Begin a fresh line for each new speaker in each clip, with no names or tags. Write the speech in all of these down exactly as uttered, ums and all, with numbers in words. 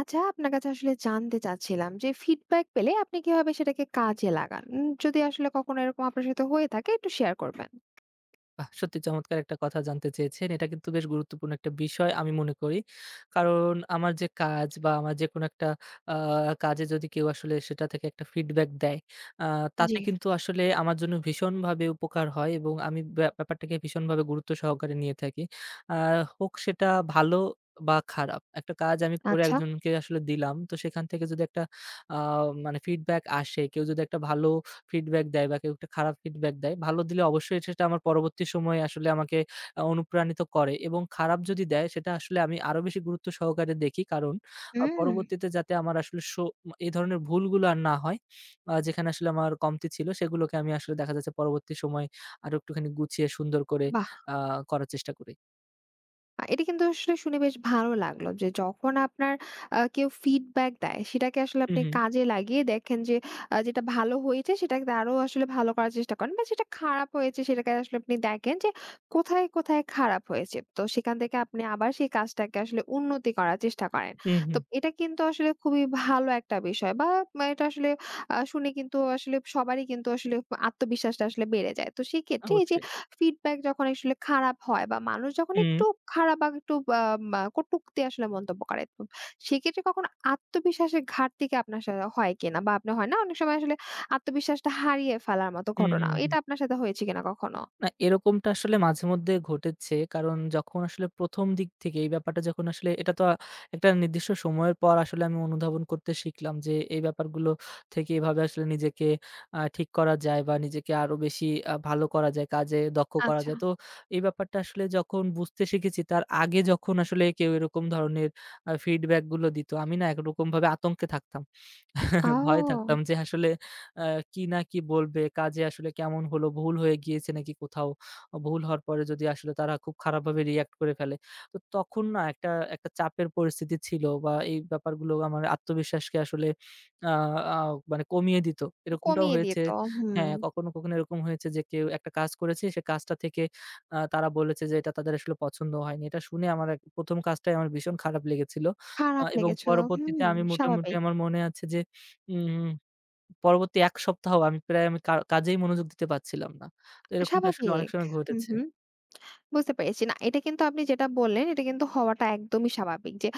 আচ্ছা, আপনার কাছে আসলে জানতে চাচ্ছিলাম যে ফিডব্যাক পেলে আপনি কিভাবে সেটাকে কাজে লাগান? উম যদি আসলে কখনো এরকম আপনার সাথে হয়ে থাকে একটু শেয়ার করবেন।
বাহ! সত্যি চমৎকার একটা কথা জানতে চেয়েছেন। এটা কিন্তু বেশ গুরুত্বপূর্ণ একটা বিষয় আমি মনে করি। কারণ আমার যে কাজ বা আমার যেকোনো একটা আ কাজে যদি কেউ আসলে সেটা থেকে একটা ফিডব্যাক দেয়, আ
জি।
তাতে কিন্তু আসলে আমার জন্য ভীষণভাবে উপকার হয় এবং আমি ব্যা ব্যাপারটাকে ভীষণভাবে গুরুত্ব সহকারে নিয়ে থাকি। আ হোক সেটা ভালো বা খারাপ, একটা কাজ আমি করে
আচ্ছা।
একজনকে আসলে দিলাম। তো সেখান থেকে যদি একটা আ মানে ফিডব্যাক আসে, কেউ যদি একটা ভালো ফিডব্যাক দেয় বা কেউ একটা খারাপ ফিডব্যাক দেয়, ভালো দিলে অবশ্যই সেটা আমার পরবর্তী সময়ে আসলে আমাকে আ অনুপ্রাণিত করে এবং খারাপ যদি দেয় সেটা আসলে আমি আরো বেশি গুরুত্ব সহকারে দেখি। কারণ আ
হুম,
পরবর্তীতে যাতে আমার আসলে সো এ ধরনের ভুলগুলো আর না হয়, আ যেখানে আসলে আমার কমতি ছিল সেগুলোকে আমি আসলে দেখা যাচ্ছে পরবর্তী সময়ে আরো একটুখানি গুছিয়ে সুন্দর করে
বাহ!
আ করার চেষ্টা করি।
আ এটা কিন্তু আসলে শুনে বেশ ভালো লাগলো যে যখন আপনার আ কেউ ফিডব্যাক দেয় সেটাকে আসলে
হু,
আপনি
হু,
কাজে লাগিয়ে দেখেন যে আ যেটা ভালো হয়েছে সেটাকে আরো আসলে ভালো করার চেষ্টা করেন বা যেটা খারাপ হয়েছে সেটাকে আসলে আপনি দেখেন যে কোথায় কোথায় খারাপ হয়েছে। তো সেখান থেকে আপনি আবার সেই কাজটাকে আসলে উন্নতি করার চেষ্টা করেন।
হু, হু,
তো এটা কিন্তু আসলে খুবই ভালো একটা বিষয় বা মা এটা আসলে আ শুনে কিন্তু আসলে সবারই কিন্তু আসলে আত্মবিশ্বাসটা আসলে বেড়ে যায়। তো সেক্ষেত্রে এই যে
অবশ্যই।
ফিডব্যাক যখন আসলে খারাপ হয় বা মানুষ যখন
হু,
একটু খারাপ বা একটু আ মা কটূক্তি আসলে মন্তব্য করে। তো সেক্ষেত্রে কখনো আত্মবিশ্বাসের ঘাটতি কি আপনার সাথে হয় কিনা? বা আপনার হয় না অনেক সময় আসলে আত্মবিশ্বাসটা হারিয়ে ফেলার মতো
হু, হু,
ঘটনা।
হু।
এটা আপনার সাথে হয়েছে কিনা কখনো?
না, এরকমটা আসলে মাঝেমধ্যে ঘটেছে। কারণ যখন আসলে প্রথম দিক থেকে এই ব্যাপারটা যখন আসলে এটা তো আ একটা নির্দিষ্ট সময়ের পর আসলে আমি অনুধাবন করতে শিখলাম যে, এই ব্যাপারগুলো থেকে এভাবে আসলে নিজেকে আ ঠিক করা যায় বা নিজেকে আরো বেশি আ ভালো করা যায়, কাজে দক্ষ করা
আচ্ছা।
যায়। তো এই ব্যাপারটা আসলে যখন বুঝতে শিখেছি তার আগে যখন আসলে কেউ এরকম ধরনের আ ফিডব্যাক গুলো দিত, আমি না একরকমভাবে আতঙ্কে থাকতাম। ভয়ে
ও!
থাকতাম যে আসলে আ কি না কি বলবে? কাজে আসলে কেমন হলো? ভুল হয়ে গিয়েছে নাকি কোথাও? ভুল হওয়ার পরে যদি আসলে তারা খুব খারাপভাবে রিঅ্যাক্ট করে ফেলে। তো তখন না একটা একটা চাপের পরিস্থিতি ছিল বা এই ব্যাপারগুলো আমার আত্মবিশ্বাসকে আসলে আ আ মানে কমিয়ে দিত। এরকমটাও
কমিয়ে
হয়েছে।
দিত। হুম।
হ্যাঁ, কখনো, কখনো এরকম হয়েছে যে কেউ একটা কাজ করেছে, সে কাজটা থেকে আ তারা বলেছে যে এটা তাদের আসলে পছন্দ হয়নি। এটা শুনে আমার এক প্রথম কাজটাই আমার ভীষণ খারাপ লেগেছিল। আ
খারাপ
এবং
লেগেছিল। হুম,
পরবর্তীতে আমি মোটামুটি
স্বাভাবিক।
আমার মনে আছে যে হুম, হুম, পরবর্তী এক সপ্তাহ আমি প্রায় আমি কা কাজেই মনোযোগ দিতে পারছিলাম না। তো এরকমটা আসলে অনেক
স্বাভাবিক।
সময়
হু,
ঘটেছে।
হু। বুঝতে পেরেছি। না, এটা কিন্তু আপনি যেটা বললেন, এটা কিন্তু হওয়াটা একদমই স্বাভাবিক যে,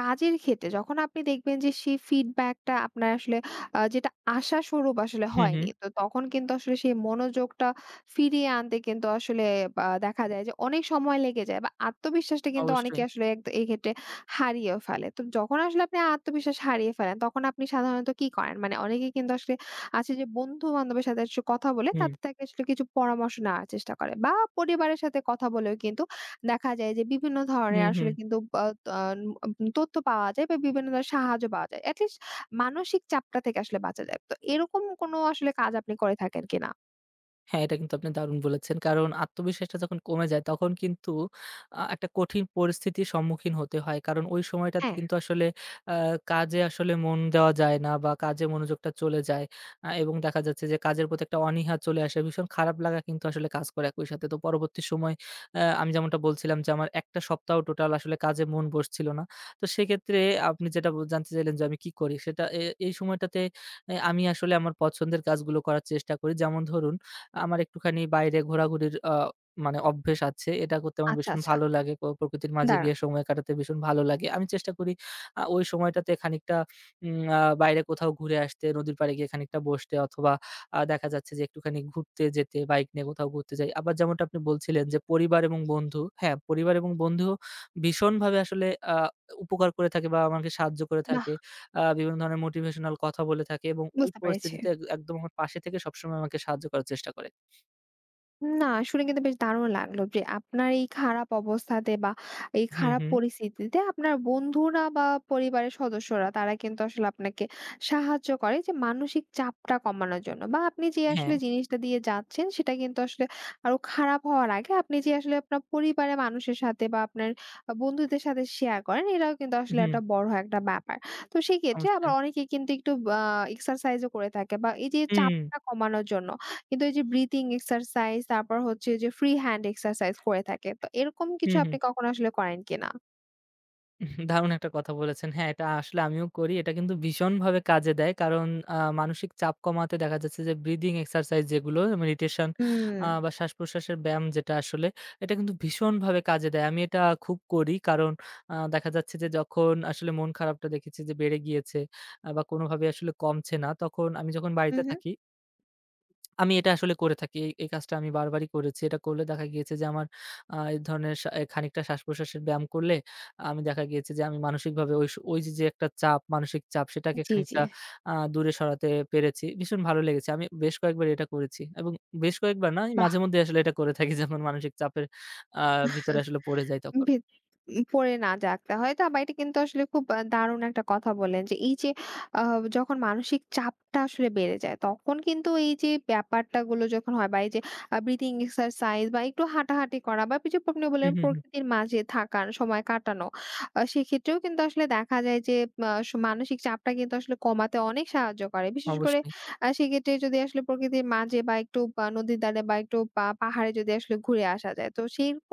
কাজের ক্ষেত্রে যখন আপনি দেখবেন যে সেই ফিডব্যাকটা আপনার আসলে আ যেটা আশাস্বরূপ আসলে
হুম, হুম।
হয়নি। তো তখন কিন্তু আসলে সেই মনোযোগটা ফিরিয়ে আনতে কিন্তু আসলে বা দেখা যায় যে অনেক সময় লেগে যায় বা আত্মবিশ্বাসটা কিন্তু অনেকে
অবশ্যই।
আসলে এক এই ক্ষেত্রে হারিয়েও ফেলে। তো যখন আসলে আপনি আত্মবিশ্বাস হারিয়ে ফেলেন, তখন আপনি সাধারণত কি করেন? মানে অনেকে কিন্তু আসলে আচ্ছা যে বন্ধু-বান্ধবের সাথে আসলে কথা বলে
হুম,
তাদের থেকে আসলে কিছু পরামর্শ নেওয়ার চেষ্টা করে বা পরিবারের সাথে কথা বলেও কিন্তু দেখা যায় যে বিভিন্ন ধরনের
হুম, হুম।
আসলে কিন্তু আ আ তথ্য পাওয়া যায় বা বিভিন্ন ধরনের সাহায্য পাওয়া যায়। এটলিস্ট মানসিক চাপটা থেকে আসলে বাঁচা যায়। তো এরকম কোনো আসলে কাজ আপনি করে থাকেন কিনা?
হ্যাঁ, এটা কিন্তু আপনি দারুণ বলেছেন। কারণ আত্মবিশ্বাসটা যখন কমে যায় তখন কিন্তু আ একটা কঠিন পরিস্থিতির সম্মুখীন হতে হয়। কারণ ওই সময়টাতে
হ্যাঁ।
কিন্তু আসলে আ কাজে আসলে মন দেওয়া যায় না বা কাজে মনোযোগটা চলে যায়। আ এবং দেখা যাচ্ছে যে কাজের প্রতি একটা অনীহা চলে আসে। ভীষণ খারাপ লাগা কিন্তু আসলে কাজ করে একই সাথে। তো পরবর্তী সময় আ আমি যেমনটা বলছিলাম যে আমার এক টা সপ্তাহ টোটাল আসলে কাজে মন বসছিল না। তো সেক্ষেত্রে আপনি যেটা ব জানতে চাইলেন যে আমি কি করি? সেটা এ এই সময়টাতে এ আমি আসলে আমার পছন্দের কাজগুলো করার চেষ্টা করি। যেমন ধরুন, আমার একটুখানি বাইরে ঘোরাঘুরির আ মানে অভ্যেস আছে। এটা করতে আমার
আচ্ছা,
ভীষণ
আচ্ছা।
ভালো লাগে। প্র প্রকৃতির মাঝে গিয়ে
দারুণ!
সময় কাটাতে ভীষণ ভালো লাগে। আমি চেষ্টা করি আ ওই সময়টাতে খানিকটা উম আ বাইরে কোথাও ঘুরে আসতে, নদীর পাড়ে গিয়ে খানিকটা বসতে অথবা আ দেখা যাচ্ছে যে একটুখানি ঘুরতে যেতে, বাইক নিয়ে কোথাও ঘুরতে যাই। আবার যেমনটা আপনি বলছিলেন যে পরিবার এবং বন্ধু, হ্যাঁ, পরিবার এবং বন্ধুও ভীষণভাবে আসলে আ উপকার করে থাকে বা আমাকে সাহায্য করে
বাহ!
থাকে। আ বিভিন্ন ধরনের মোটিভেশনাল কথা বলে থাকে এবং ওই
বুঝতে পেরেছি।
পরিস্থিতিতে এক একদম আমার পাশে থেকে সবসময় আমাকে সাহায্য করার চেষ্টা করে।
না, শুনে কিন্তু বেশ দারুণ লাগলো যে আপনার এই খারাপ অবস্থাতে বা এই
হুম,
খারাপ
হুম।
পরিস্থিতিতে আপনার বন্ধুরা বা পরিবারের সদস্যরা তারা কিন্তু আসলে আপনাকে সাহায্য করে যে মানসিক চাপটা কমানোর জন্য বা আপনি যে
হ্যাঁ।
আসলে জিনিসটা দিয়ে যাচ্ছেন সেটা কিন্তু আসলে আরো খারাপ হওয়ার আগে আপনি যে আসলে আপনার পরিবারের মানুষের সাথে বা আপনার বন্ধুদের সাথে শেয়ার করেন এটাও কিন্তু আসলে
হুম,
একটা বড় একটা ব্যাপার তো সেক্ষেত্রে আবার
অবশ্যই।
অনেকে কিন্তু একটু আহ এক্সারসাইজও করে থাকে বা এই যে
হুম,
চাপটা কমানোর জন্য কিন্তু এই যে ব্রিথিং এক্সারসাইজ, তারপর হচ্ছে যে ফ্রি হ্যান্ড এক্সারসাইজ করে থাকে। তো এরকম কিছু
হুম, হুম।
আপনি কখনো আসলে করেন কিনা?
দারুণ একটা কথা বলেছেন। হ্যাঁ, এটা আসলে আমিও করি। এটা কিন্তু ভীষণভাবে কাজে দেয়। কারণ আ মানসিক চাপ কমাতে দেখা যাচ্ছে যে ব্রিদিং এক্সারসাইজ যেগুলো মেডিটেশন
হুম,
আ বা শ্বাসপ্রশ্বাসের ব্যায়াম যেটা আসলে এটা কিন্তু ভীষণভাবে কাজে দেয়। আমি এটা খুব করি। কারণ আ দেখা যাচ্ছে যে যখন আসলে মন খারাপটা দেখেছি যে বেড়ে গিয়েছে আ বা কোনোভাবে আসলে কমছে না তখন আমি যখন
হু,
বাড়িতে
হু।
থাকি আমি এটা আসলে করে থাকি। এই, এই কাজটা আমি বারবারই করেছি। এটা করলে দেখা গিয়েছে যে আমার আ এক ধরনের সা খানিকটা শ্বাসপ্রশ্বাসের ব্যায়াম করলে আমি দেখা গিয়েছে যে আমি মানসিকভাবে ওই স ওই যে, যে একটা চাপ, মানসিক চাপ সেটাকে
জি, জি।
খানিকটা আ দূরে সরাতে পেরেছি। ভীষণ ভালো লেগেছে। আমি বেশ কয়েকবার এটা করেছি এবং বেশ কয়েকবার না, আমি
বাহ!
মাঝেমধ্যেই আসলে এটা করে থাকি যখন মানসিক চাপের আ ভিতরে আসলে পড়ে যাই তখন।
ভি উম পড়ে না জাগতে হয়। তা বা এটা কিন্তু আসলে খুব আ দারুণ একটা কথা বললেন যে এই যে আ যখন মানসিক চাপটা আসলে বেড়ে যায় তখন কিন্তু এই যে ব্যাপারটা গুলো যখন হয় বা এই যে আ ব্রিথিং এক্সারসাইজ বা একটু হাঁটাহাঁটি করা বা এই যে আপনি
হুম,
বললেন
হুম, হুম।
প্রকৃতির মাঝে থাকার সময় কাটানো। আ সেক্ষেত্রেও কিন্তু আসলে দেখা যায় যে আ স মানসিক চাপটা কিন্তু আসলে কমাতে অনেক সাহায্য করে। বিশেষ করে
অবশ্যই।
আ সেক্ষেত্রে যদি আসলে প্রকৃতির মাঝে বা একটু আ নদীর দ্বারে বা একটু পা পাহাড়ে যদি আসলে ঘুরে আসা যায়। তো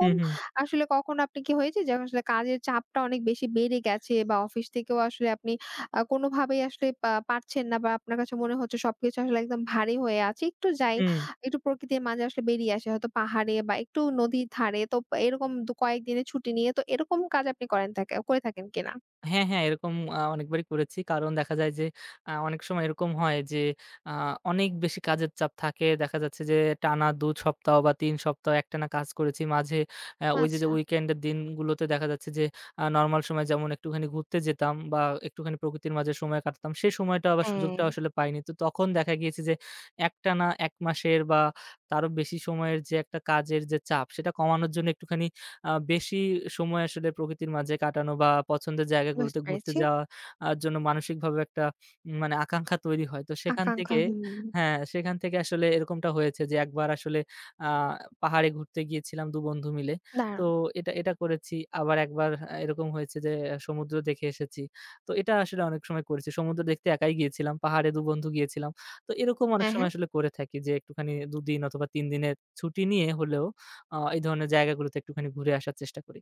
হুম, হুম,
আসলে কখনো আপনি কি হয়েছে যে আসলে কাজের চাপটা অনেক বেশি বেড়ে গেছে বা অফিস থেকেও আসলে আপনি আ কোনোভাবেই আসলে পা পারছেন না বা আপনার কাছে মনে হচ্ছে সবকিছু আসলে একদম ভারী হয়ে আছে। একটু যাই,
হুম।
একটু প্রকৃতির মাঝে আসলে বেরিয়ে আসি হয়তো পাহাড়ে বা একটু নদীর ধারে। তো এরকম দু কয়েকদিনের ছুটি নিয়ে তো এরকম কাজ আপনি করেন থাকে করে থাকেন কিনা?
হ্যাঁ, হ্যাঁ, এরকম আ অনেকবারই করেছি। কারণ দেখা যায় যে আ অনেক সময় এরকম হয় যে আ অনেক বেশি কাজের চাপ থাকে। দেখা যাচ্ছে যে টানা দুই সপ্তাহ বা তিন সপ্তাহ একটানা কাজ করেছি। মাঝে অ্যা ওই যে, যে
আচ্ছা।
উইকেন্ডের দিনগুলোতে দেখা যাচ্ছে যে আ নরমাল সময় যেমন একটুখানি ঘুরতে যেতাম বা একটুখানি প্রকৃতির মাঝে সময় কাটাতাম। সেই সময়টা আবার
হ্যাঁ,
সুযোগটা আসলে পাইনি। তো তখন দেখা গিয়েছে যে একটানা এক মাসের বা তারও বেশি সময়ের যে একটা কাজের যে চাপ সেটা কমানোর জন্য একটুখানি আ বেশি সময় আসলে প্রকৃতির মাঝে কাটানো বা পছন্দের জায়গাগুলোতে
বুঝতে
ঘুরতে
পেরেছি।
যাওয়া আর জন্য মানসিকভাবে একটা উম মানে আকাঙ্খা তৈরি হয়। তো সেখান
আকাঙ্ক্ষা
থেকে,
হুম,
হ্যাঁ, সেখান থেকে আসলে এরকমটা হয়েছে যে একবার আসলে আ পাহাড়ে ঘুরতে গিয়েছিলাম দুই বন্ধু মিলে। তো
দারুণ।
এটা, এটা করেছি। আবার একবার আ এরকম হয়েছে যে আহ, সমুদ্র দেখে এসেছি। তো এটা আসলে অনেক সময় করেছি। সমুদ্র দেখতে একাই গিয়েছিলাম। পাহাড়ে দুই বন্ধু গিয়েছিলাম। তো এরকম অনেক
হ্যাঁ, হ্যাঁ।
সময় আসলে করে থাকি যে একটুখানি দুই দিন অথবা তিন দিনের ছুটি নিয়ে হলেও আ এই ধরনের জায়গাগুলোতে একটুখানি ঘুরে আসার চেষ্টা করি।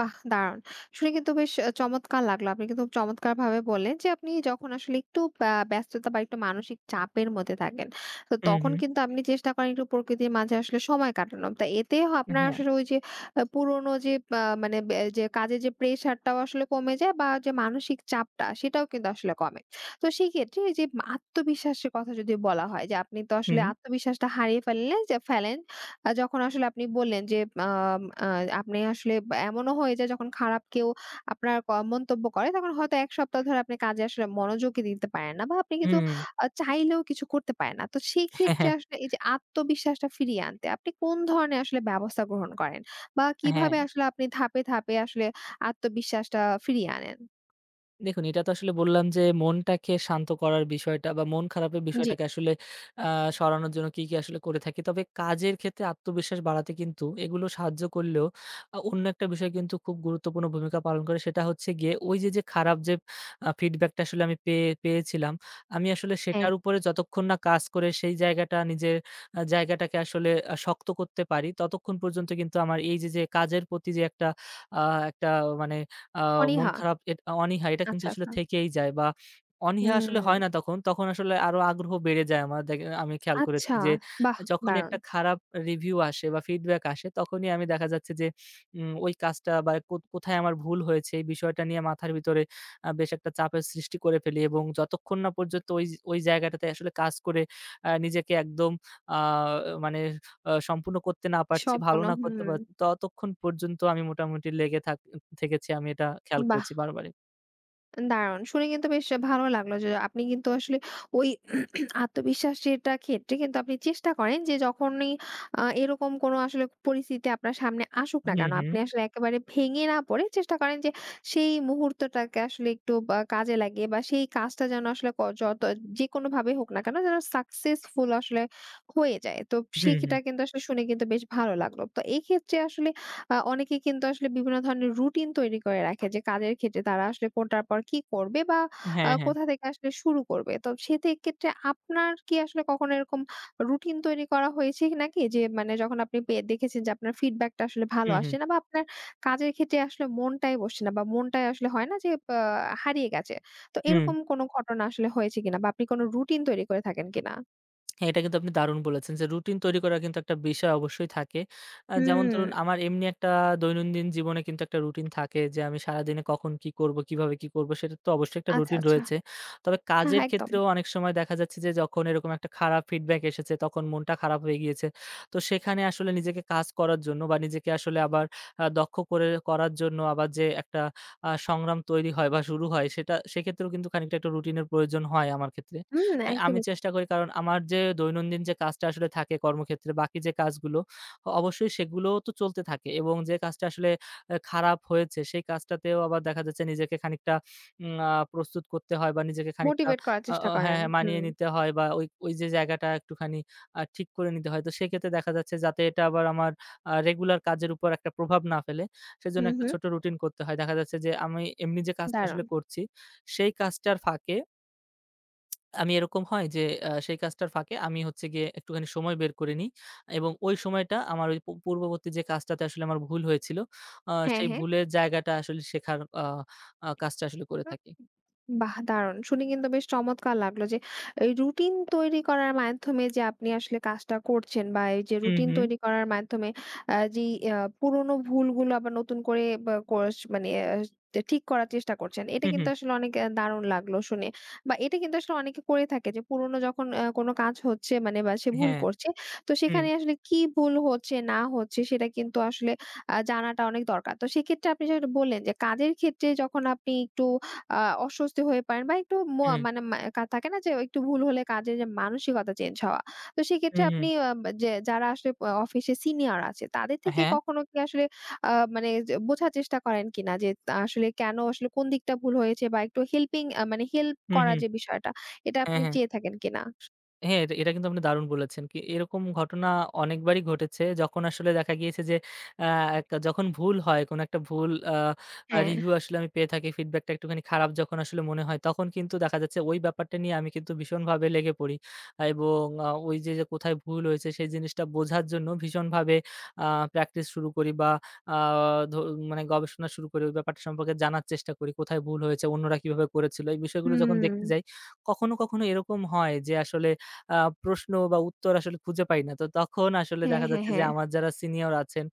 বাহ! দারুণ। শুনে কিন্তু বেশ আ চমৎকার লাগলো। আপনি কিন্তু চমৎকারভাবে বললেন যে, আপনি যখন আসলে একটু ব্যা ব্যস্ততা বা একটু মানসিক চাপের মধ্যে থাকেন। তো
হুম,
তখন
হুম।
কিন্তু আপনি চেষ্টা করেন একটু প্রকৃতির মাঝে আসলে সময় কাটানো। তা এতে হ আপনার
হ্যাঁ।
আসলে ওই যে আ পুরোনো যে বা মানে বে যে কাজের যে প্রেশারটাও আসলে কমে যায় বা যে মানসিক চাপটা সেটাও কিন্তু আসলে কমে। তো সেক্ষেত্রে এই যে আত্মবিশ্বাসের কথা যদি বলা হয় যে, আপনি তো
হুম,
আসলে
হুম।
আত্মবিশ্বাসটা হারিয়ে ফেললে যে ফেলেন আ যখন আসলে আপনি বললেন যে আম আ আপনি আসলে বা এমনও হয়ে যায় যখন খারাপ কেউ আপনার ক মন্তব্য করে তখন হয়তো এক সপ্তাহ ধরে আপনি কাজে আসলে মনোযোগই দিতে পারেন না বা আপনি কিন্তু
হুম।
আ চাইলেও কিছু করতে পারেন না। তো
হ্যাঁ,
সেক্ষেত্রে
হ্যাঁ।
আসলে এই যে আত্মবিশ্বাসটা ফিরিয়ে আনতে আপনি কোন ধরনের আসলে ব্যবস্থা গ্রহণ করেন? বা
হ্যাঁ।
কিভাবে আসলে আপনি ধাপে, ধাপে আসলে আত্মবিশ্বাসটা ফিরিয়ে আনেন?
দেখুন, এটা তো আসলে বললাম যে মনটাকে শান্ত করার বিষয়টা বা মন খারাপের, জি,
জি।
বিষয়টাকে আসলে আ সরানোর জন্য কি, কি আসলে করে থাকি। তবে কাজের ক্ষেত্রে আত্মবিশ্বাস বাড়াতে কিন্তু এগুলো সাহায্য করলেও আ অন্য একটা বিষয় কিন্তু খুব গুরুত্বপূর্ণ ভূমিকা পালন করে। সেটা হচ্ছে গিয়ে ওই যে, যে খারাপ যে আ ফিডব্যাকটা আসলে আমি পেয়ে পেয়েছিলাম, আমি আসলে
হ্যাঁ,
সেটার উপরে যতক্ষণ না কাজ করে সেই জায়গাটা নিজের আ জায়গাটাকে আসলে আ শক্ত করতে পারি, ততক্ষণ পর্যন্ত কিন্তু আমার এই যে, যে কাজের প্রতি যে একটা আ একটা মানে আ মন
অনীহা।
খারাপ, এট অনীহা, এটা কিন্তু
আচ্ছা,
আসলে
আচ্ছা।
থেকেই যায় বা অনীহা আসলে হয় না
হুম,
তখন। তখন আসলে আরো আগ্রহ বেড়ে যায় আমার। দেখে আমি খেয়াল করেছি
আচ্ছা।
যে
বাহ!
যখনই
দারুণ।
একটা খারাপ রিভিউ আসে বা ফিডব্যাক আসে তখনই আমি দেখা যাচ্ছে যে উম ওই কাজটা বা কো কোথায় আমার ভুল হয়েছে এই বিষয়টা নিয়ে মাথার ভিতরে আ বেশ একটা চাপের সৃষ্টি করে ফেলি এবং যতক্ষণ না পর্যন্ত ওই ওই জায়গাটাতে আসলে কাজ করে আ নিজেকে একদম আ মানে আ সম্পূর্ণ করতে না পারছি, ভালো
সম্পূর্ণ
না
হুম,
করতে পারছি ততক্ষণ পর্যন্ত আমি মোটামুটি লেগে থাক থেকেছি, আমি এটা খেয়াল
বাহ!
করেছি বারবারই।
দারুণ! শুনে কিন্তু বেশ ভালো লাগলো যে আপনি কিন্তু আসলে ওই আত্মবিশ্বাসেরটা ক্ষেত্রে কিন্তু আপনি চেষ্টা করেন যে যখনই আ এরকম কোনো আসলে পরিস্থিতি আপনার সামনে আসুক না
হুম,
কেন,
হুম।
আপনি আসলে একেবারে ভেঙে না পড়ে চেষ্টা করেন যে সেই মুহূর্তটাকে আসলে একটু বা কাজে লাগিয়ে বা সেই কাজটা যেন আসলে ক যত যেকোনোভাবে হোক না কেন যেন সাকসেসফুল আসলে হয়ে যায়। তো
হুম, হুম।
সেটা কিন্তু আসলে শুনে কিন্তু বেশ ভালো লাগলো। তো এক্ষেত্রে আসলে আ অনেকে কিন্তু আসলে বিভিন্ন ধরনের রুটিন তৈরি করে রাখে যে কাজের ক্ষেত্রে তারা আসলে কোনটার পর কি করবে বা আ
হ্যাঁ, হ্যাঁ।
কোথা থেকে আসলে শুরু করবে। তো সেক্ষেত্রে আপনার কি আসলে কখনো এরকম রুটিন তৈরি করা হয়েছে নাকি? যে মানে যখন আপনি পেয়ে দেখেছেন যে আপনার ফিডব্যাকটা আসলে ভালো
হুম, হুম।
আসছে না বা আপনার কাজের ক্ষেত্রে আসলে মনটাই বসছে না বা মনটাই আসলে হয় না যে আ হারিয়ে গেছে। তো
হুম।
এরকম কোনো ঘটনা আসলে হয়েছে কিনা বা আপনি কোনো রুটিন তৈরি করে থাকেন কিনা?
হ্যাঁ, এটা কিন্তু আপনি দারুণ বলেছেন যে রুটিন তৈরি করা কিন্তু একটা বিষয় অবশ্যই থাকে। আ যেমন ধরুন,
হুম।
আমার এমনি একটা দৈনন্দিন জীবনে কিন্তু একটা রুটিন থাকে যে আমি সারাদিনে কখন কি করব, কিভাবে কি করব সেটার তো অবশ্যই একটা
আচ্ছা,
রুটিন
আচ্ছা।
রয়েছে। তবে
হ্যাঁ,
কাজের
হ্যাঁ, একদম।
ক্ষেত্রেও অনেক সময় দেখা যাচ্ছে যে যখন এরকম একটা খারাপ ফিডব্যাক এসেছে তখন মনটা খারাপ হয়ে গিয়েছে। তো সেখানে আসলে নিজেকে কাজ করার জন্য বা নিজেকে আসলে আবার আ দক্ষ করে করার জন্য আবার যে একটা আ সংগ্রাম তৈরি হয় বা শুরু হয় সেটা, সেক্ষেত্রেও কিন্তু খানিকটা একটা রুটিনের প্রয়োজন হয় আমার ক্ষেত্রে।
হুম,
আ আমি
একদমই
চেষ্টা করি, কারণ আমার যে দৈনন্দিন যে কাজটা আসলে থাকে কর্মক্ষেত্রে বাকি যে কাজগুলো অ অবশ্যই সেগুলোও তো চলতে থাকে এবং যে কাজটা আসলে আ খারাপ হয়েছে সেই কাজটাতেও আবার দেখা যাচ্ছে নিজেকে খানিকটা উম আ প্রস্তুত করতে হয় বা নিজেকে খানিকটা
মোটিভেট করার
আ
চেষ্টা
আ হ্যাঁ,
করেন।
হ্যাঁ, মানিয়ে
হুম।
নিতে হয় বা ওই ওই যে জায়গাটা একটুখানি আ ঠিক করে নিতে হয়। তো সেক্ষেত্রে দেখা যাচ্ছে যাতে এটা আবার আমার আ রেগুলার কাজের উপর একটা প্রভাব না ফেলে সেজন্য
হু,
একটা
হু।
ছোট রুটিন করতে হয়। দেখা যাচ্ছে যে আমি এমনি যে কাজটা আসলে
দারুণ।
করছি সেই কাজটার ফাঁকে আমি, এরকম হয় যে আ সেই কাজটার ফাঁকে আমি হচ্ছে গিয়ে একটুখানি সময় বের করে নিই এবং ওই সময়টা আমার ওই পূ পূর্ববর্তী যে কাজটাতে আসলে আমার ভুল হয়েছিল, আ
হ্যাঁ,
সেই
হ্যাঁ।
ভুলের জায়গাটা আসলে শেখার আ আ কাজটা আসলে করে
হুম।
থাকি।
বাহ! দারুণ। শুনে কিন্তু বেশ চমৎকার লাগলো যে এই রুটিন তৈরি করার মাধ্যমে যে আপনি আসলে কাজটা করছেন বা এই যে
হুম,
রুটিন
হুম,
তৈরি করার মাধ্যমে আ যেই আ পুরোনো ভুলগুলো আবার নতুন করে বা কোস মানে আ তে ঠিক করার চেষ্টা করছেন। এটা
হুম,
কিন্তু
হুম।
আসলে অনেক আ দারুণ লাগলো শুনে। বা এটা কিন্তু আসলে অনেকে করে থাকে যে পুরোনো যখন আ কোনো কাজ হচ্ছে মানে বা সে ভুল
হ্যাঁ,
করছে, তো
হুম,
সেখানে আসলে কি ভুল হচ্ছে না হচ্ছে সেটা কিন্তু আসলে আ জানাটা অনেক দরকার। তো সেক্ষেত্রে আপনি যেটা বললেন যে কাজের ক্ষেত্রে যখন আপনি একটু আ অস্বস্তি হয়ে পড়েন বা একটু ম
হুম,
মানে মা কা থাকে না যে একটু ভুল হলে কাজের যে মানসিকতা চেঞ্জ হওয়া। তো সেক্ষেত্রে
হুম, হুম।
আপনি আ যে যারা আসলে প অফিসে সিনিয়র আছে তাদের থেকে
হ্যাঁ,
কখনো কি আসলে আ মানে যে বোঝার চেষ্টা করেন কিনা যে তা আসলে কেন আসলে কোন দিকটা ভুল হয়েছে বা একটু হেল্পিং আ মানে হেল্প
হুম,
করা
হুম।
যে বিষয়টা এটা
হ্যাঁ,
আপনি
হ্যাঁ।
চেয়ে থাকেন কিনা?
হ্যাঁ, এটা এটা কিন্তু আপনি দারুণ বলেছেন। কি, এরকম ঘটনা অনেকবারই ঘটেছে। যখন আসলে দেখা গিয়েছে যে আ এক যখন ভুল হয়, কোনো একটা ভুল আ আ
হ্যাঁ।
রিভিউ আসলে আমি পেয়ে থাকি, ফিডব্যাকটা একটুখানি খারাপ যখন আসলে মনে হয়, তখন কিন্তু দেখা যাচ্ছে ওই ব্যাপারটা নিয়ে আমি কিন্তু ভীষণভাবে লেগে পড়ি। আহ, এবং আ ওই যে, যে কোথায় ভুল হয়েছে সেই জিনিসটা বোঝার জন্য ভীষণভাবে আ প্র্যাকটিস শুরু করি বা আ ধ মানে গবেষণা শুরু করি। ওই ব্যাপারটা সম্পর্কে জানার চেষ্টা করি। কোথায় ভুল হয়েছে, অন্যরা কিভাবে করেছিল। এই বিষয়গুলো যখন
হুম।
দেখতে যাই, কখনো, কখনো এরকম হয় যে আসলে আ প্রশ্ন বা উত্তর আসলে খুঁজে পাই না। তো তখন আসলে
হ্যাঁ,
দেখা
হ্যাঁ,
যাচ্ছে যে
হ্যাঁ।
আমার যারা সিনিয়র আছেন,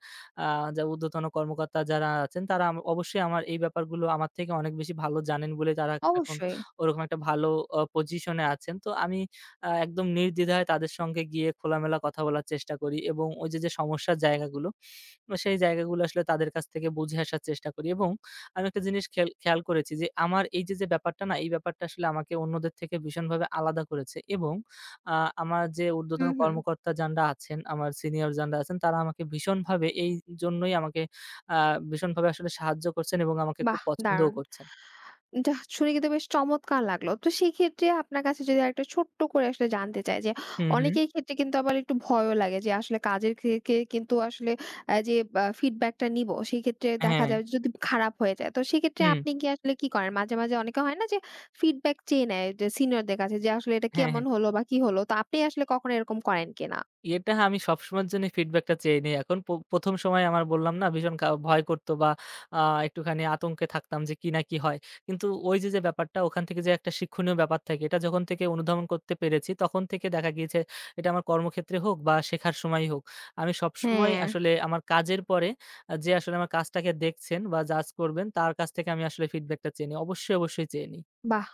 আ যা ঊর্ধ্বতন কর্মকর্তা যারা আছেন তারা আম অবশ্যই আমার এই ব্যাপারগুলো আমার থেকে অনেক বেশি ভালো জানেন বলে তারা এখন
অবশ্যই।
ওরকম একটা ভালো অ পজিশনে আছেন। তো আমি আ একদম নির্দ্বিধায় তাদের সঙ্গে গিয়ে খোলামেলা কথা বলার চেষ্টা করি এবং ওই যে, যে সমস্যার জায়গাগুলো, তো সেই জায়গাগুলো আসলে তাদের কাছ থেকে বুঝে আসার চেষ্টা করি এবং আমি একটা জিনিস খেয়াল খেয়াল করেছি যে, আমার এই যে, যে ব্যাপারটা না এই ব্যাপারটা আসলে আমাকে অন্যদের থেকে ভীষণভাবে আলাদা করেছে এবং আ আমার যে ঊর্ধ্বতন
হুম, হুম।
কর্মকর্তা যানরা আছেন, আমার সিনিয়র যানরা আছেন, তারা আমাকে ভীষণভাবে এইজন্যই আমাকে আ ভীষণভাবে আসলে সাহায্য করছেন এবং আমাকে খুব
বাহ!
পছন্দও
দারুণ।
করছেন।
যাহ! শুনে কিন্তু বেশ চমৎকার লাগলো। তো সেক্ষেত্রে আপনার কাছে যদি আরেকটা ছোট্ট করে আসলে জানতে চাই যে,
হুম, হুম।
অনেকের ক্ষেত্রে কিন্তু আবার একটু ভয়ও লাগে যে আসলে কাজের ক্ষেত্রে কিন্তু আসলে আ যে আ ফিডব্যাকটা নিবো, সেক্ষেত্রে দেখা
হ্যাঁ।
যায় যদি খারাপ হয়ে যায়। তো সেক্ষেত্রে
হুম।
আপনি কি আসলে কি করেন? মাঝে, মাঝে অনেকে হয় না যে ফিডব্যাক চেয়ে নেয় যে সিনিয়রদের কাছে যে আসলে এটা
হ্যাঁ, হ্যাঁ।
কেমন হলো বা কি হলো? তো আপনি আসলে কখনো এরকম করেন কিনা?
এটা আমি সবসময়ের জন্য ফিডব্যাকটা চেয়ে নেই। এখন প প্রথম সময় আমার বললাম না, ভীষণ কা ভয় করত বা আ একটুখানি আতঙ্কে থাকতাম যে কি না কি হয়। কিন্তু ওই যে, যে ব্যাপারটা, ওখান থেকে যে একটা শিক্ষণীয় ব্যাপার থাকে এটা যখন থেকে অনুধাবন করতে পেরেছি তখন থেকে দেখা গিয়েছে, এটা আমার কর্মক্ষেত্রে হোক বা শেখার সময়ই হোক, আমি সবসময়
হ্যাঁ,
আসলে আমার কাজের পরে আ যে আসলে আমার কাজটাকে দেখছেন বা জাজ করবেন তার কাছ থেকে আমি আসলে ফিডব্যাকটা চেয়ে নিই। অবশ্যই, অবশ্যই চেয়ে নিই।
বাহ!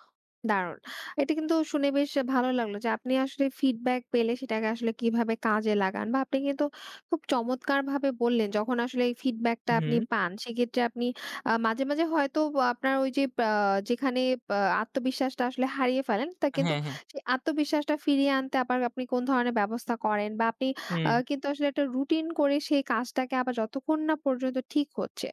দারুণ। এটা কিন্তু শুনে বেশ ভালো লাগলো যে আপনি আসলে ফিডব্যাক পেলে সেটাকে আসলে কিভাবে কাজে লাগান বা আপনি কিন্তু খুব চমৎকারভাবে বললেন যখন আসলে এই ফিডব্যাকটা আপনি
হুম।
পান সেক্ষেত্রে আপনি আ মাঝে, মাঝে হয়তো আপনার ওই যে আ যেখানে আ আত্মবিশ্বাসটা আসলে হারিয়ে ফেলেন তা কিন্তু
হ্যাঁ, হ্যাঁ।
সেই আত্মবিশ্বাসটা ফিরিয়ে আনতে আবার আপনি কোন ধরনের ব্যবস্থা করেন বা আপনি আ
হুম,
কিন্তু আসলে একটা রুটিন করে সেই কাজটাকে আবার যতক্ষণ না পর্যন্ত ঠিক হচ্ছে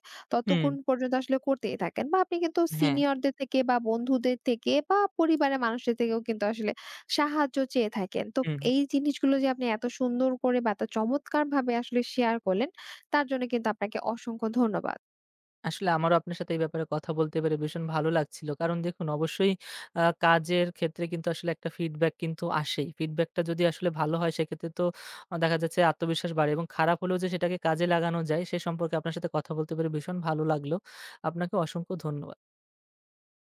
হুম।
ততক্ষণ পর্যন্ত আসলে করতেই থাকেন বা আপনি কিন্তু
হ্যাঁ,
সিনিয়রদের থেকে বা বন্ধুদের থেকে বা পরিবারের মানুষদের থেকেও কিন্তু আসলে সাহায্য চেয়ে থাকেন। তো
হুম।
এই জিনিসগুলো যে আপনি এত সুন্দর করে বা এত চমৎকারভাবে আসলে শেয়ার করলেন, তার জন্য কিন্তু আপনাকে অসংখ্য ধন্যবাদ।
আসলে আমারও আপনার সাথে এই ব্যাপারে কথা বলতে পেরে ভীষণ ভালো লাগছিল। কারণ দেখুন, অবশ্যই আ কাজের ক্ষেত্রে কিন্তু আসলে একটা ফিডব্যাক কিন্তু আসেই। ফিডব্যাকটা যদি আসলে ভালো হয় সেক্ষেত্রে তো আ দেখা যাচ্ছে আত্মবিশ্বাস বাড়ে এবং খারাপ হলেও যে সেটাকে কাজে লাগানো যায় সে সম্পর্কে আপনার সাথে কথা বলতে পেরে ভীষণ ভালো লাগলো। আপনাকে অসংখ্য ধন্যবাদ।